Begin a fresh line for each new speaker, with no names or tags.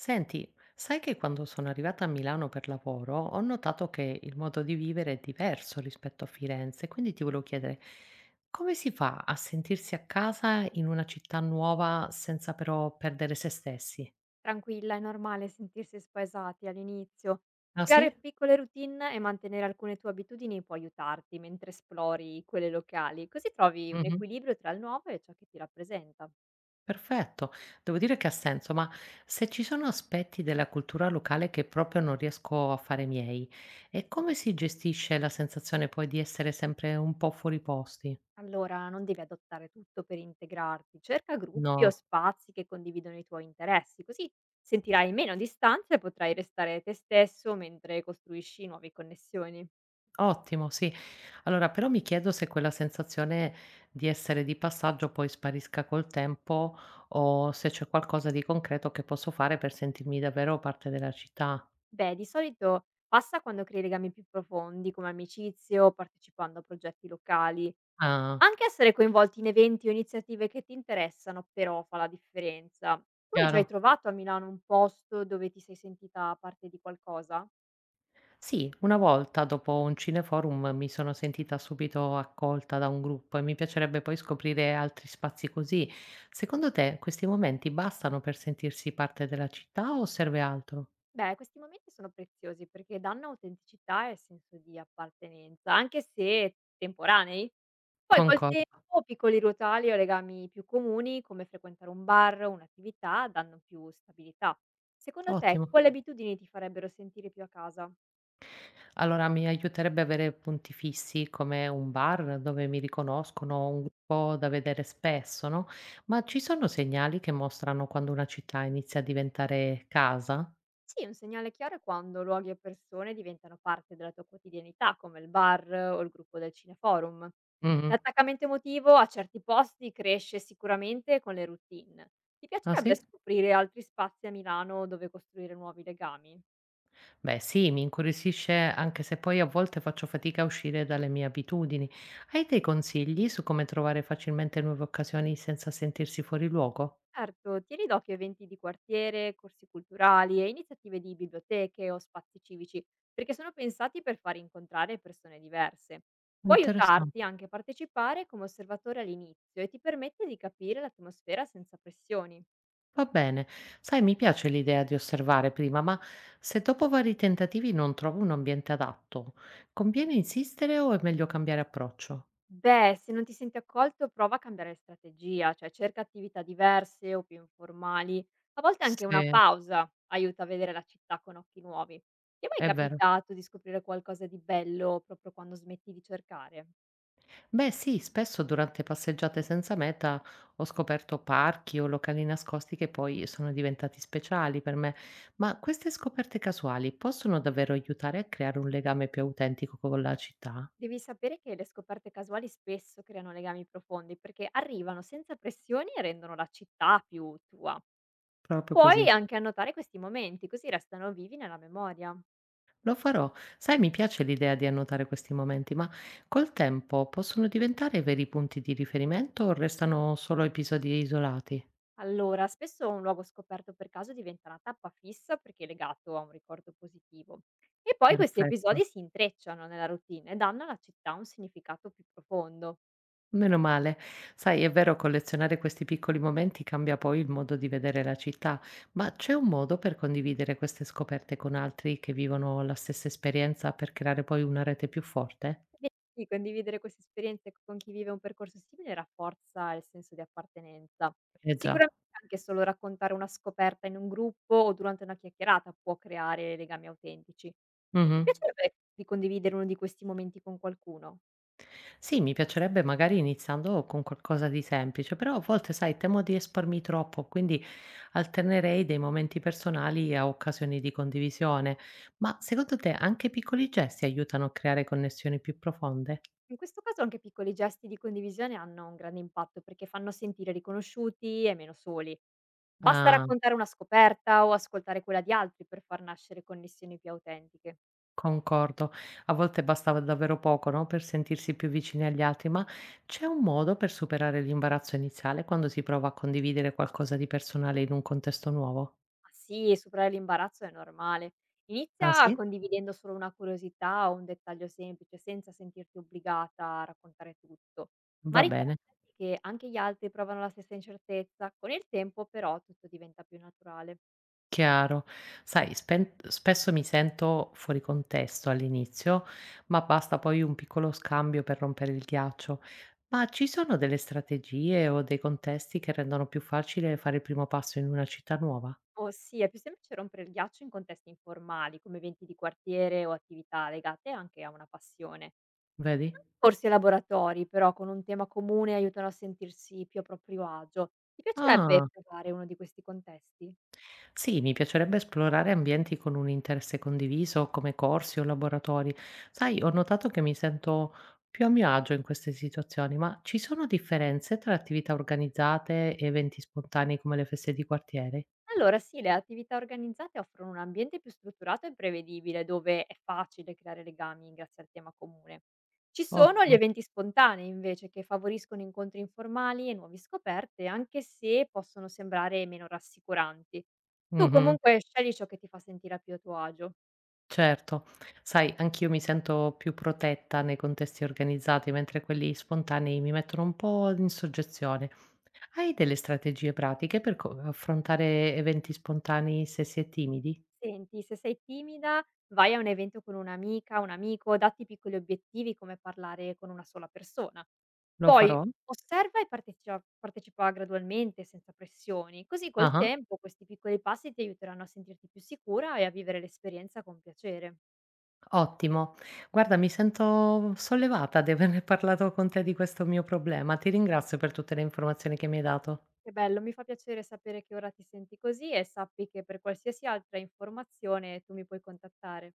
Senti, sai che quando sono arrivata a Milano per lavoro ho notato che il modo di vivere è diverso rispetto a Firenze, quindi ti volevo chiedere come si fa a sentirsi a casa in una città nuova senza però perdere se stessi?
Tranquilla, è normale sentirsi spaesati all'inizio.
Ah, sì?
Creare piccole routine e mantenere alcune tue abitudini può aiutarti mentre esplori quelle locali, così trovi un
Mhm.
equilibrio tra il nuovo e ciò che ti rappresenta.
Perfetto, devo dire che ha senso, ma se ci sono aspetti della cultura locale che proprio non riesco a fare miei, e come si gestisce la sensazione poi di essere sempre un po' fuori posti?
Allora, non devi adottare tutto per integrarti, cerca gruppi o
No.
spazi che condividono i tuoi interessi, così sentirai meno distanza e potrai restare te stesso mentre costruisci nuove connessioni.
Ottimo, sì. Allora, però mi chiedo se quella sensazione di essere di passaggio poi sparisca col tempo o se c'è qualcosa di concreto che posso fare per sentirmi davvero parte della città.
Beh, di solito passa quando crei legami più profondi, come amicizie o partecipando a progetti locali.
Ah,
Anche essere coinvolti in eventi o iniziative che ti interessano però fa la differenza. Tu hai già
chiaro.
trovato a Milano un posto dove ti sei sentita parte di qualcosa?
Sì, una volta dopo un cineforum mi sono sentita subito accolta da un gruppo e mi piacerebbe poi scoprire altri spazi così. Secondo te questi momenti bastano per sentirsi parte della città o serve altro?
Beh, questi momenti sono preziosi perché danno autenticità e senso di appartenenza, anche se temporanei. Poi col
Concordo.
tempo piccoli rotali o legami più comuni, come frequentare un bar o un'attività, danno più stabilità. Secondo te,
Ottimo.
quali abitudini ti farebbero sentire più a casa?
Allora, mi aiuterebbe avere punti fissi come un bar dove mi riconoscono, un gruppo da vedere spesso, no? Ma ci sono segnali che mostrano quando una città inizia a diventare casa?
Sì, un segnale chiaro è quando luoghi e persone diventano parte della tua quotidianità, come il bar o il gruppo del cineforum.
Mhm.
L'attaccamento emotivo a certi posti cresce sicuramente con le routine. Ti
Ah,
piacerebbe
sì?
scoprire altri spazi a Milano dove costruire nuovi legami?
Beh, sì, mi incuriosisce anche se poi a volte faccio fatica a uscire dalle mie abitudini. Hai dei consigli su come trovare facilmente nuove occasioni senza sentirsi fuori luogo?
Certo, tieni d'occhio eventi di quartiere, corsi culturali e iniziative di biblioteche o spazi civici, perché sono pensati per far incontrare persone diverse. Può
Interessante.
aiutarti anche a partecipare come osservatore all'inizio e ti permette di capire l'atmosfera senza pressioni.
Va bene. Sai, mi piace l'idea di osservare prima, ma se dopo vari tentativi non trovo un ambiente adatto, conviene insistere o è meglio cambiare approccio?
Beh, se non ti senti accolto, prova a cambiare strategia, cioè cerca attività diverse o più informali. A volte anche una
Sì,
pausa aiuta a vedere la città con occhi nuovi. Ti è mai
è vero.
capitato di scoprire qualcosa di bello proprio quando smetti di cercare?
Beh, sì, spesso durante passeggiate senza meta ho scoperto parchi o locali nascosti che poi sono diventati speciali per me, ma queste scoperte casuali possono davvero aiutare a creare un legame più autentico con la città?
Devi sapere che le scoperte casuali spesso creano legami profondi perché arrivano senza pressioni e rendono la città più tua.
Proprio
Puoi
così.
anche annotare questi momenti, così restano vivi nella memoria.
Lo farò. Sai, mi piace l'idea di annotare questi momenti, ma col tempo possono diventare veri punti di riferimento o restano solo episodi isolati?
Allora, spesso un luogo scoperto per caso diventa una tappa fissa perché è legato a un ricordo positivo. E poi questi
Perfetto.
episodi si intrecciano nella routine e danno alla città un significato più profondo.
Meno male. Sai, è vero, collezionare questi piccoli momenti cambia poi il modo di vedere la città, ma c'è un modo per condividere queste scoperte con altri che vivono la stessa esperienza per creare poi una rete più forte?
Beh, sì, condividere queste esperienze con chi vive un percorso simile rafforza il senso di appartenenza.
Eh, già.
Sicuramente anche solo raccontare una scoperta in un gruppo o durante una chiacchierata può creare legami autentici. Ti
Mhm.
piacerebbe di condividere uno di questi momenti con qualcuno?
Sì, mi piacerebbe magari iniziando con qualcosa di semplice, però a volte, sai, temo di espormi troppo, quindi alternerei dei momenti personali a occasioni di condivisione. Ma secondo te anche piccoli gesti aiutano a creare connessioni più profonde?
In questo caso anche piccoli gesti di condivisione hanno un grande impatto perché fanno sentire riconosciuti e meno soli. Basta
Ah,
raccontare una scoperta o ascoltare quella di altri per far nascere connessioni più autentiche.
concordo. A volte bastava davvero poco, no, per sentirsi più vicini agli altri, ma c'è un modo per superare l'imbarazzo iniziale quando si prova a condividere qualcosa di personale in un contesto nuovo?
Ma sì, superare l'imbarazzo è normale.
Ah,
Inizia
sì?
condividendo solo una curiosità o un dettaglio semplice, senza sentirti obbligata a raccontare tutto. Ma
Va
ricordati
bene.
che anche gli altri provano la stessa incertezza. Con il tempo, però, tutto diventa più naturale.
Chiaro. Sai, spen spesso mi sento fuori contesto all'inizio, ma basta poi un piccolo scambio per rompere il ghiaccio. Ma ci sono delle strategie o dei contesti che rendono più facile fare il primo passo in una città nuova?
Oh sì, è più semplice rompere il ghiaccio in contesti informali, come eventi di quartiere o attività legate anche a una passione.
Vedi?
Corsi e laboratori, però, con un tema comune aiutano a sentirsi più a proprio agio. Ti piacerebbe
Ah.
provare uno di questi contesti?
Sì, mi piacerebbe esplorare ambienti con un interesse condiviso, come corsi o laboratori. Sai, ho notato che mi sento più a mio agio in queste situazioni, ma ci sono differenze tra attività organizzate e eventi spontanei come le feste di quartiere?
Allora sì, le attività organizzate offrono un ambiente più strutturato e prevedibile, dove è facile creare legami grazie al tema comune. Ci sono gli
Ottimo.
eventi spontanei invece che favoriscono incontri informali e nuove scoperte, anche se possono sembrare meno rassicuranti. Tu
Mhm,
comunque scegli ciò che ti fa sentire più a tuo agio.
certo. Sai, anch'io mi sento più protetta nei contesti organizzati, mentre quelli spontanei mi mettono un po' in soggezione. Hai delle strategie pratiche per affrontare eventi spontanei se si è timidi?
Senti, se sei timida, vai a un evento con un'amica, un amico, datti piccoli obiettivi come parlare con una sola persona.
Lo
Poi
farò?
osserva e partecipa gradualmente, senza pressioni, così col
Ah-ah,
tempo questi piccoli passi ti aiuteranno a sentirti più sicura e a vivere l'esperienza con piacere.
ottimo. Guarda, mi sento sollevata di averne parlato con te di questo mio problema. Ti ringrazio per tutte le informazioni che mi hai dato.
Che bello, mi fa piacere sapere che ora ti senti così e sappi che per qualsiasi altra informazione tu mi puoi contattare.